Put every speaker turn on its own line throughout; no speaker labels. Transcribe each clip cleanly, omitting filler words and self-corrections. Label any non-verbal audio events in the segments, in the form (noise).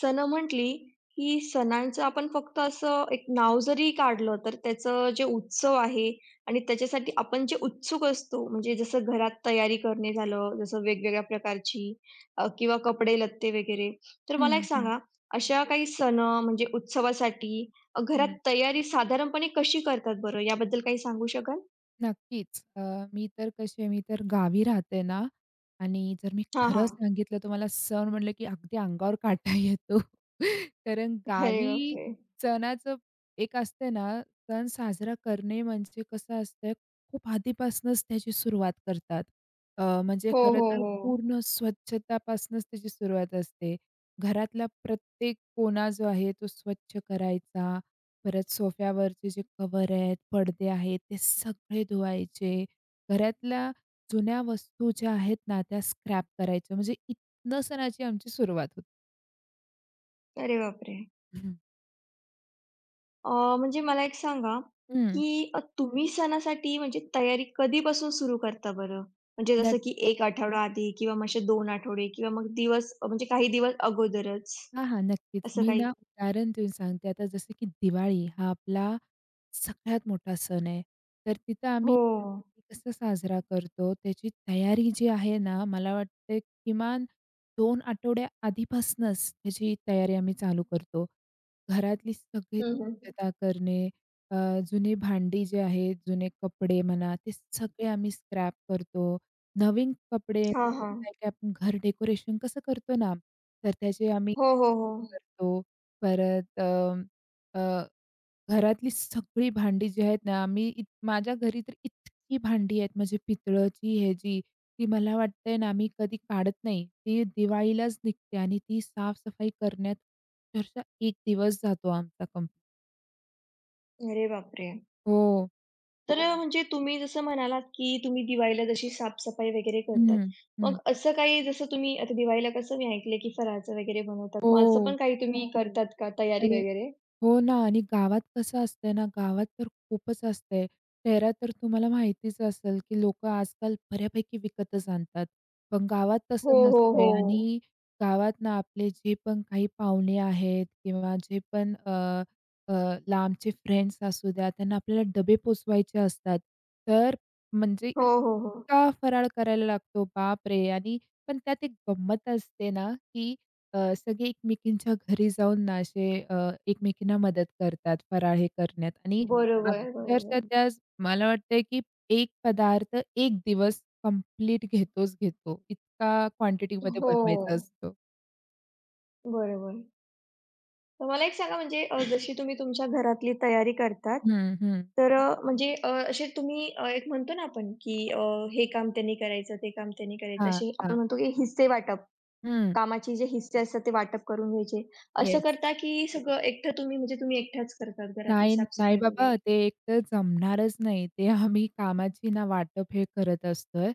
सण म्हटली की सणांचं आपण फक्त असं एक नाव जरी काढलं तर त्याचं जे उत्सव आहे आणि त्याच्यासाठी आपण जे उत्सुक असतो म्हणजे जसं घरात तयारी करणे झालं जसं वेगवेगळ्या प्रकारची किंवा कपडे लत्ते वगैरे तर मला
हं,
एक
हं,
सांगा अशा काही सण म्हणजे उत्सवासाठी
हं.
घरात तयारी साधारणपणे कशी करतात बरं याबद्दल काही सांगू शकाल?
नक्कीच. मी तर कशी आहे, मी तर गावी राहते ना आणि जर मी
हां,
खरं
हां.
सांगितलं तुम्हाला सण म्हटलं की अगदी अंगावर काटा येतो. (laughs) कारण
अरे
गावी
बापरे!
सणाचं एक असते ना, सण साजरा करणे म्हणजे कसं असतं, खूप आधीपासूनच त्याची सुरुवात करतात. म्हणजे
हो,
खरं
हो,
तर
हो.
पूर्ण स्वच्छतापासूनच त्याची सुरुवात असते. घरातला प्रत्येक कोना जो आहे तो स्वच्छ करायचा, परत सोफ्यावरचे जे कव्हर आहेत, पडदे आहेत, ते सगळे धुवायचे. घरातल्या जुन्या वस्तू ज्या आहेत ना, त्या स्क्रॅप करायच्या. म्हणजे इथनं सणाची आमची सुरुवात होती.
अरे बापरे!
हं.
अ, म्हणजे मला एक सांगा,
हं.
की तुम्ही सणासाठी म्हणजे तयारी कधीपासून सुरू करता बरं? म्हणजे जसं की 1 आठवडा आधी किंवा मग असे 2 आठवडे किंवा मग दिवस म्हणजे काही दिवस अगोदरच
हां, हां. नक्कीच.
असं
मी
काही?
ना उदाहरण देऊन सांगते. आता जसं की दिवाळी हा आपला सगळ्यात मोठा सण आहे. तर तिथं
हो.
आम्ही कसं साजरा करतो, त्याची तयारी जी आहे ना, मला वाटते किमान 2 आठवड्या आधीपासूनच त्याची तयारी आम्ही चालू करतो. घरातली सगळी
हं, हं.
स्वच्छता करणे, अ, जुनी भांडी जे आहेत, जुने कपडे म्हणा, ते सगळे आम्ही स्क्रॅप करतो. नवीन कपडे,
हां, हां.
काय-काय आपण घर डेकोरेशन कसं करतो ना, तर त्याचे आम्ही
हो, हो, हो.
करतो. परत अ, घरातली सगळी भांडी जी आहेत ना, आम्ही माझ्या घरी तर इतकी भांडी आहेत म्हणजे पितळची, ह्याची, ती मला वाटतंय ना, मी कधी काढत नाही. ती दिवाळीलाच निघते आणि ती साफ-सफाई करण्यात अक्षरशः एक दिवस जातो आमचा कंप्लीट.
अरे बापरे!
हो.
तर म्हणजे तुम्ही जसं म्हणालात, की तुम्ही दिवाळीला जशी साफ वगैरे करतात.
हं, हं.
मग असं काही जसं तुम्ही आता दिवाळीला कसं मी ऐकलंय, की फराळाचं वगैरे बनवतात. मग असं
हो.
पण काही तुम्ही हम्म. करतात का तयारी
अरे!
वगैरे?
हो ना, आणि गावात कसं असतंय ना, गावात तर खूपच असतंय. शहरात तर तुम्हाला माहितीच असेल, की लोकं आजकाल बऱ्यापैकी विकतच आणतात. पण गावात
हो,
तसं
हो,
नसतंय
हो.
आणि गावात ना आपले जे पण काही पाहुणे आहेत किंवा जे पण अ, लांबचे फ्रेंड्स असू द्या, त्यांना आपल्याला डबे पोचवायचे असतात. तर म्हणजे
हो, हो, हो.
इतका फराळ करायला लागतो, बापरे! आणि पण त्यात एक गंमत असते ना, की सगळे एकमेकींच्या घरी जाऊन ना असे एकमेकींना मदत करतात फराळ हे करण्यात. आणि
बरोबर,
अक्षरशः
बरोबर.
त्या मला वाटतंय, की एक पदार्थ एक दिवस कंप्लीट घेतोच घेतो. इतका क्वांटिटीमध्ये
हो,
बनवायचा असतो.
बरोबर. तर मला एक सांगा म्हणजे जशी तुम्ही तुमच्या घरातली तयारी करतात,
हं, हं.
तर असे तुम्ही एक म्हणतो ना आपण, की हे काम त्यांनी करायचं, ते काम त्यांनी करायचं,
हां,
असे आपण
हां.
म्हणतो की हिस्से वाटप,
हं.
कामाचे जे हिस्से असतात ते वाटप करून घ्यायचे. असं
येस.
करता की सगळं एकटं तुम्ही म्हणजे तुम्ही एकट्याच करतात घरातली
नाही,
साफ
नाही बाबा,
वगैरे?
ते एकटं जमणारच नाही. ते आम्ही कामाची ना वाटप हे करत असतोय.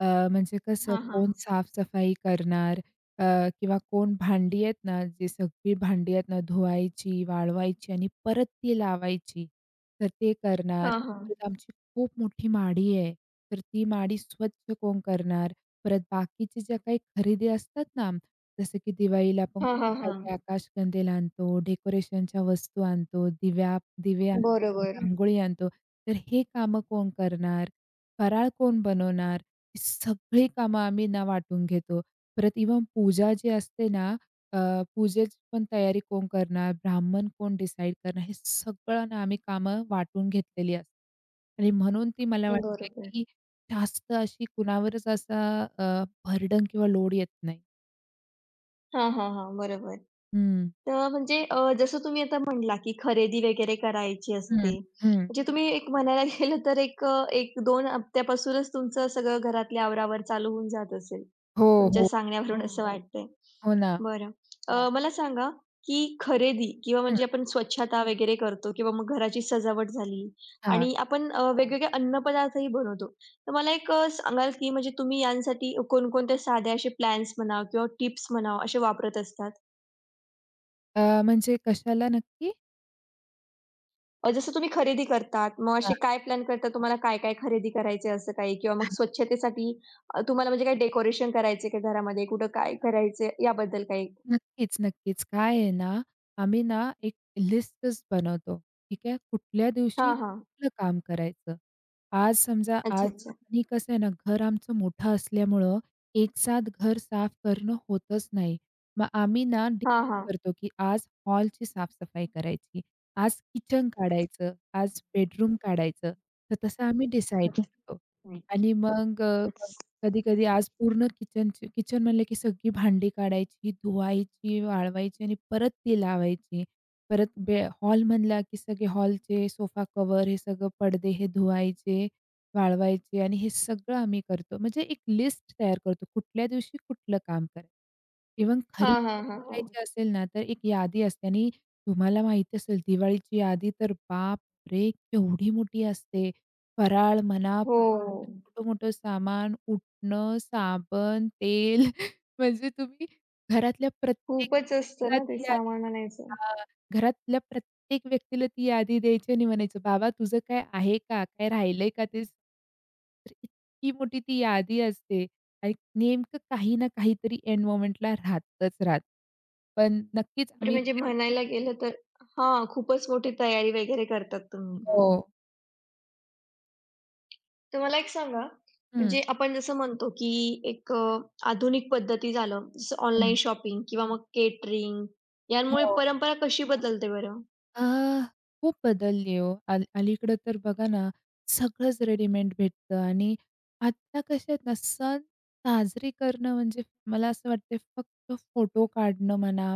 अ, म्हणजे कसं
हां, हां.
कोण साफ-सफाई करणार, अ, किंवा कोण भांडी आहेत ना, जी सगळी भांडी आहेत ना धुवायची, वाळवायची आणि परत ती लावायची. तर ते करणार.
हां, हां.
परत आमची खूप मोठी माडी आहे. तर ती माडी स्वच्छ कोण करणार? परत बाकीचे ज्या काही खरेदी असतात ना, जसं की दिवाळीला आपण
हां, हां, हां.
काय-काय आकाशकंदील आणतो, डेकोरेशनच्या वस्तू आणतो, दिवे आणतो,
बरोबर,
रांगोळी आणतो. तर हे कामं कोण करणार? फराळ कोण बनवणार? ही सगळी कामं आम्ही ना वाटून घेतो. परत इव्हन पूजा जी असते ना, अ, पूजेची पण तयारी कोण करणार? ब्राह्मण कोण डिसाईड करणार? हे सगळं ना आम्ही कामं वाटून घेतलेली असतात. आणि म्हणून ती मला वाटते,
बरोबर.
की जास्त अशी कुणावरच असा बर्डन किंवा लोड येत नाही.
हां, हां, हां. बरोबर.
हं,
तर म्हणजे जसं तुम्ही आता म्हणला, की खरेदी वगैरे करायची
हं,
असते.
हं.
म्हणजे तुम्ही एक म्हणायला गेलं तर एक 1-2 हप्त्यापासूनच तुमचं सगळं घरातली आवरावर चालू होऊन जात असेल.
हो,
तुमच्या
हो.
सांगण्यावरून हो, असं हो. वाटतंय.
हो ना.
बरं. मला नक्कीच. सांगा, की खरेदी किंवा
हं.
म्हणजे आपण स्वच्छता वगैरे करतो किंवा मग घराची सजावट झाली
हां.
आणि आपण वेगवेगळे अन्नपदार्थही बनवतो. तर मला एक सांगाल, की म्हणजे तुम्ही यांसाठी कोणकोणत्या साधे असे प्लॅन्स म्हणा किंवा टिप्स म्हणा असे वापरत असतात?
म्हणजे कशाला नक्की?
जसं तुम्ही खरेदी करतात, मग
हां.
असे काय प्लॅन करता? तुम्हाला काय-काय खरेदी करायची आहे असं काही? किंवा मग स्वच्छतेसाठी तुम्हाला म्हणजे काही डेकोरेशन करायचं आहे का घरामध्ये? कुठं काय करायचं आहे याबद्दल काही?
नक्कीच, नक्कीच. काय आहे ना, आम्ही ना एक लिस्टच बनवतो. ठीक आहे. कुठल्या दिवशी
हां, हां.
कुठलं काम करायचं. आज समजा
अच्छा,
आज
अच्छा.
आणि कसं आहे ना, घर आमचं मोठं असल्यामुळं एक साथ घर साफ करणं होतच नाही. मग आम्ही ना
हां,
डिसाईड
हां.
करतो, की आज हॉलची साफ-सफाई करायची, आज किचन काढायचं, आज बेडरूम काढायचं. तर तसं आम्ही डिसाईड
(laughs)
करतो. आणि मग कधी-कधी आज पूर्ण किचनची, किचन म्हणलं की सगळी भांडी काढायची, धुवायची, वाळवायची आणि परत ती लावायची. परत बे हॉल म्हणला की सगळे हॉलचे सोफा कवर हे सगळं, पडदे हे धुवायचे, वाळवायचे आणि हे सगळं आम्ही करतो. म्हणजे एक लिस्ट तयार करतो, कुठल्या दिवशी कुठलं काम करायचं. इव्हन खरेदी
हां, हां,
जरी
हां, हां.
करायची असेल ना, तर एक यादी असते आणि तुम्हाला माहिती असेल दिवाळीची यादी तर बापरे! केवढी मोठी असते. फराळ म्हणा,
हो.
मोठं-मोठं सामान, उटणं, साबण, तेल (laughs) म्हणजे तुम्ही घरातल्या प्रत्येक
खूपच असतं
व्यक्तीला
ना ते
ती यादी,
सामान आणायचं.
हां, घरातल्या प्रत्येक व्यक्तीला ती यादी द्यायची आणि म्हणायचं, "बाबा तुझं काय आहे का? काय राहिलंय का?" ते तर इतकी मोठी ती यादी असते आणि नेमकं काही ना काहीतरी एंड मोमेंटला राहतच राहतं. पण नक्कीच
बापरे!
आम्ही
म्हणजे म्हणायला गेलं तर हां, खूपच मोठी तयारी वगैरे करतात तुम्ही.
हो.
तर मला एक सांगा,
हं,
म्हणजे आपण जसं म्हणतो, की एक आधुनिक पद्धती झालं, जसं ऑनलाईन
हं.
शॉपिंग किंवा मग केटरिंग यांमुळे
हो.
परंपरा कशी बदलते बरं?
आह, खूप बदलली आहे हो. अलीकडं तर बघा ना, सगळंच रेडीमेड भेटतं. आणि आत्ता कसे आहेत ना, सण साजरे करणं म्हणजे मला असं वाटतं फक्त फोटो काढणं म्हणा,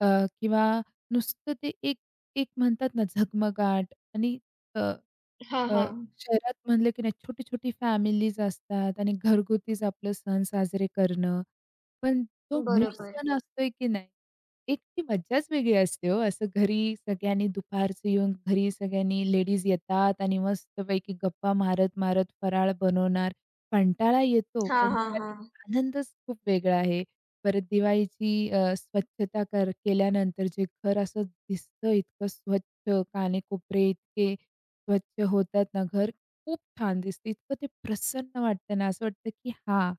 अ, किंवा नुसतं ते एक एक म्हणतात ना झगमगाट. आणि अ
हां,
अ,
हां.
शहरात म्हणलं की नाही छोटी-छोटी फॅमिलीज असतात आणि घरगुतीच आपलं सण साजरे करणं. पण तो मूळ
बरोबर.
सण असतोय की नाही, एक ती मज्जाच वेगळी असते हो. असं घरी सगळ्यांनी दुपारचं येऊन घरी सगळ्यांनी लेडीज येतात आणि मस्तपैकी गप्पा मारत-मारत फराळ बनवणार. कंटाळा येतो,
हां,
पण
हां,
त्यात
हां.
एक आनंदच खूप वेगळा आहे. परत दिवाळीची स्वच्छता केल्यानंतर जे घर असं दिसतं इतकं स्वच्छ, कानेकोपरे इतके स्वच्छ होतात ना, घर खूप छान दिसते. इतकं ते प्रसन्न वाटतं ना, असं वाटतं की हां,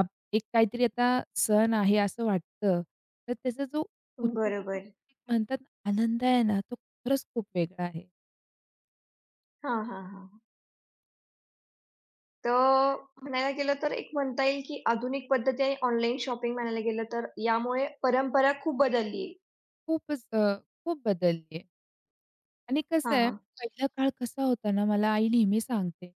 आप एक काहीतरी आता सण आहे असं वाटतं. तर त्याचा जो उत्
बरोबर.
म्हणतात ना, आनंद आहे ना, तो खरंच खूप वेगळा आहे.
हां, हां, हां. तर म्हणायला गेलं तर एक म्हणता येईल, की आधुनिक पद्धती आणि ऑनलाईन शॉपिंग म्हणायला गेलं तर यामुळे परंपरा खूप बदलली आहे.
खूपच खूप बदलली आहे. आणि कसं
हां,
आहे,
हां.
पहिला काळ कसा होता ना, मला आई नेहमी सांगते,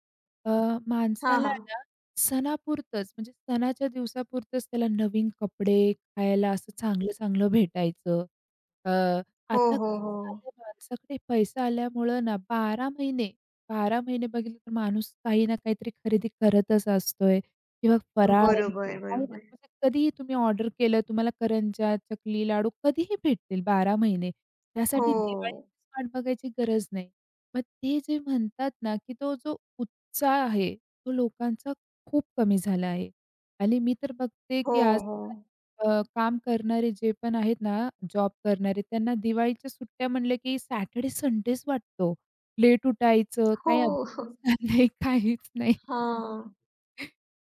अ, माणसाला
हां,
ना सणापुरतंच, म्हणजे सणाच्या दिवसापुरतंच त्याला नवीन कपडे, खायला असं चांगलं-चांगलं भेटायचं. अ,
हो,
आता
हो,
कसं
हो.
झालं, माणसाकडे पैसा आल्यामुळं ना 12 महिने, 12 महिने बघितलं तर माणूस काही ना काहीतरी खरेदी करतच असतोय किंवा फराळ हे
बरोबर,
काही ना,
बरोबर.
म्हणजे कधीही तुम्ही ऑर्डर केलं, तुम्हाला करंज्या, चकली, लाडू कधीही भेटतील 12 महिने. त्यासाठी दिवाळी
हो.
त्याचीच वाट बघायची गरज नाही. मग ते जे म्हणतात ना, की तो जो उत्साह आहे, तो लोकांचा खूप कमी झाला आहे. आणि मी तर बघते,
हो,
की
हो.
आजकाल काम करणारे जे पण आहेत ना, जॉब करणारे, त्यांना दिवाळीच्या सुट्ट्या म्हणले, की सॅटर्डे संडेच वाटतो. लेट उठायचं, काही अभ्यास
हो.
(laughs) नाही, काहीच नाही.
हां.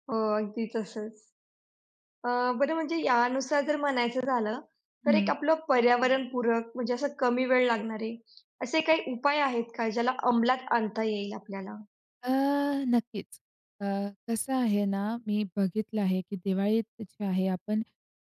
हो, अगदी तसंच. अ, बरं म्हणजे यानुसार जर म्हणायचं झालं, तर एक
हं.
आपलं पर्यावरणपूरक म्हणजे असं कमी वेळ लागणारे असे काही उपाय आहेत का ज्याला अंमलात आणता येईल आपल्याला?
अ, नक्कीच. अ, कसं आहे ना, मी बघितलं आहे, की दिवाळीत जे आहे आपण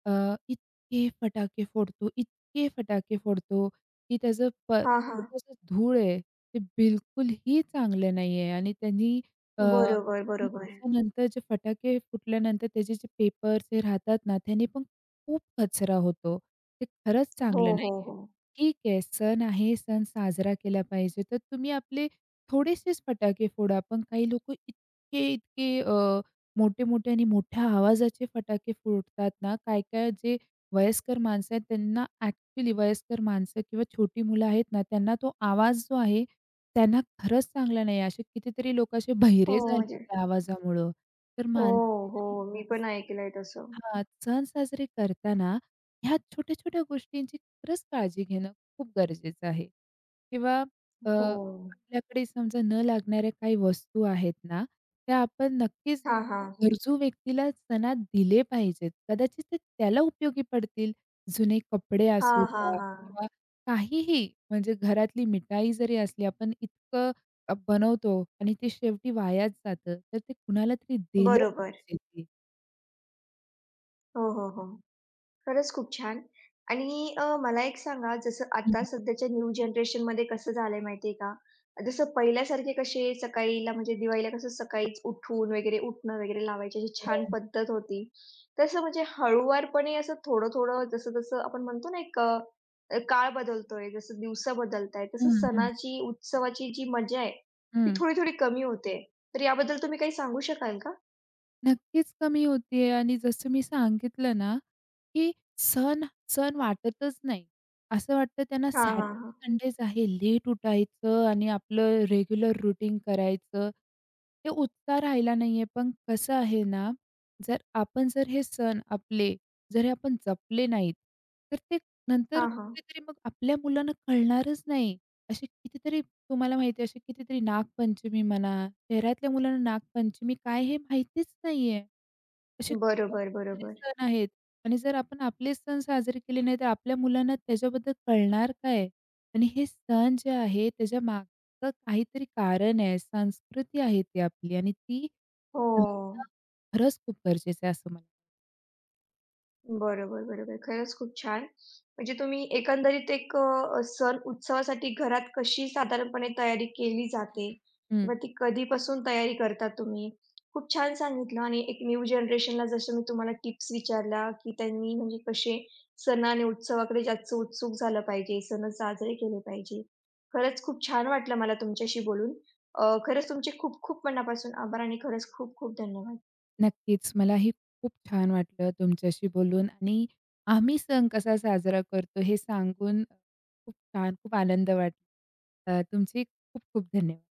अ, इतके फटाके फोडतो, इतके फटाके फोडतो, की त्याचं
हां, हां.
त्याचं जे धूळ आहे, ते बिलकुलही चांगलं नाही आहे आणि त्यांनी
बरोबर,
आणि
बरोबर.
त्याच्यानंतर जे फटाके फुटल्यानंतर त्याचे जे पेपर्स हे राहतात ना, त्याने पण खूप कचरा होतो. ते खरंच
हो,
चांगलं नाही.
हो, हो.
ठीक आहे, सण आहे, सण साजरा केला पाहिजे. तर तुम्ही आपले थोडेसेच फटाके फोडा, पण काही लोकं इतके-इतके मोठे-मोठे आणि मोठ्या आवाजाचे फटाके फोडतात ना, काय-काय जे वयस्कर माणसं आहेत, त्यांना, ॲक्चुअली वयस्कर माणसं किंवा छोटी मुलं आहेत ना, त्यांना तो आवाज जो आहे, त्यांना खरंच चांगला नाही. असे कितीतरी लोक असे
हो,
बहिरे झाले
म्हणजे
त्या आवाजामुळं. तर
हो, हो.
माणसाने,
मी पण ऐकलंय तसं.
हां, सण साजरे करताना ह्या छोट्या-छोट्या गोष्टींची खरंच काळजी घेणं खूप गरजेचं आहे. किंवा
हो.
आपल्याकडे समजा न लागणाऱ्या काही वस्तू आहेत ना, त्या आपण नक्कीच
हां, हां.
गरजू व्यक्तीला सणात दिले पाहिजेत. कदाचित ते त्याला उपयोगी पडतील. जुने कपडे
हां,
असू द्या
हां, हां.
किंवा काहीही, म्हणजे घरातली मिठाई जरी असली, आपण इतकं बनवतो आणि ते शेवटी वायाच जातं. तर ते कुणाला तरी दिलं
बरोबर.
पाहिजे ते.
हो, हो, हो. खरंच खूप छान. आणि मला एक सांगा जसं
हं.
आता सध्याच्या न्यू जनरेशनमध्ये कसं झालंय माहिती आहे का? जसं पहिल्यासारखे कसे सकाळीला म्हणजे दिवाळीला कसं सकाळीच उठून वगैरे उटणं वगैरे लावायची अशी
हो.
छान पद्धत होती. तसं म्हणजे हळूवारपणे असं थोडं-थोडं जसं-जसं आपण म्हणतो ना एक काळ बदलतोय, जसं दिवस बदलतायत, तसं
हं, हं,
सणाची, उत्सवाची जी मजा आहे, ती
हं.
थोडी-थोडी कमी होते. तर याबद्दल तुम्ही काही सांगू शकाल का?
नक्कीच कमी होतीये आणि जसं मी सांगितलं ना, की सण सण वाटतच नाही. असं वाटतं त्यांना
हां, हो. हां,
सॅटर्डे
हां.
संडेज आहे. लेट उठायचं आणि आपलं रेग्युलर रूटीन करायचं. ते उत्साह राहिला नाहीये. पण कसं आहे ना, जर आपण जर हे सण आपले जर हे आपण जपले नाहीत, तर ते नंतर
हां,
कुठेतरी मग आपल्या मुलांना कळणारच नाही. असे कितीतरी, तुम्हाला माहिती आहे, असे कितीतरी नागपंचमी म्हणा, शहरातल्या मुलांना नागपंचमी काय हे माहितीच नाहीये. असे खूप
बरोबर,
सारे
बरोबर.
सण आहेत. आणि जर आपण आपलेच सण साजरे केले नाही, तर आपल्या मुलांना त्याच्याबद्दल कळणार काय? आणि हे सण जे आहे, त्याच्या मागचं काहीतरी कारण आहे, संस्कृती आहे ती आपली आणि ती
हो.
जपणं खरंच खूप गरजेचं आहे, असं मला
बरोबर, बरोबर. खरंच खूप छान. म्हणजे तुम्ही एकंदरीत एक सण उत्सवासाठी घरात कशी साधारणपणे तयारी केली जाते
हं. हं,
व ती कधीपासून तयारी करता तुम्ही? खूप छान सांगितलं आणि एक न्यू जनरेशनला जसं मी तुम्हाला टिप्स विचारल्या, की त्यांनी म्हणजे कसे सण आणि उत्सवाकडे जास्त उत्सुक झालं पाहिजे, सण साजरे केले पाहिजे. खरंच खूप छान वाटलं मला तुमच्याशी बोलून. खरंच तुमचे खूप खूप मनापासून आभार आणि खरंच खूप खूप धन्यवाद.
नक्कीच. मलाही खूप छान वाटलं तुमच्याशी बोलून आणि आम्ही सण कसा साजरा करतो हे सांगून खूप छान, खूप आनंद वाटला. तुमचे खूप खूप धन्यवाद.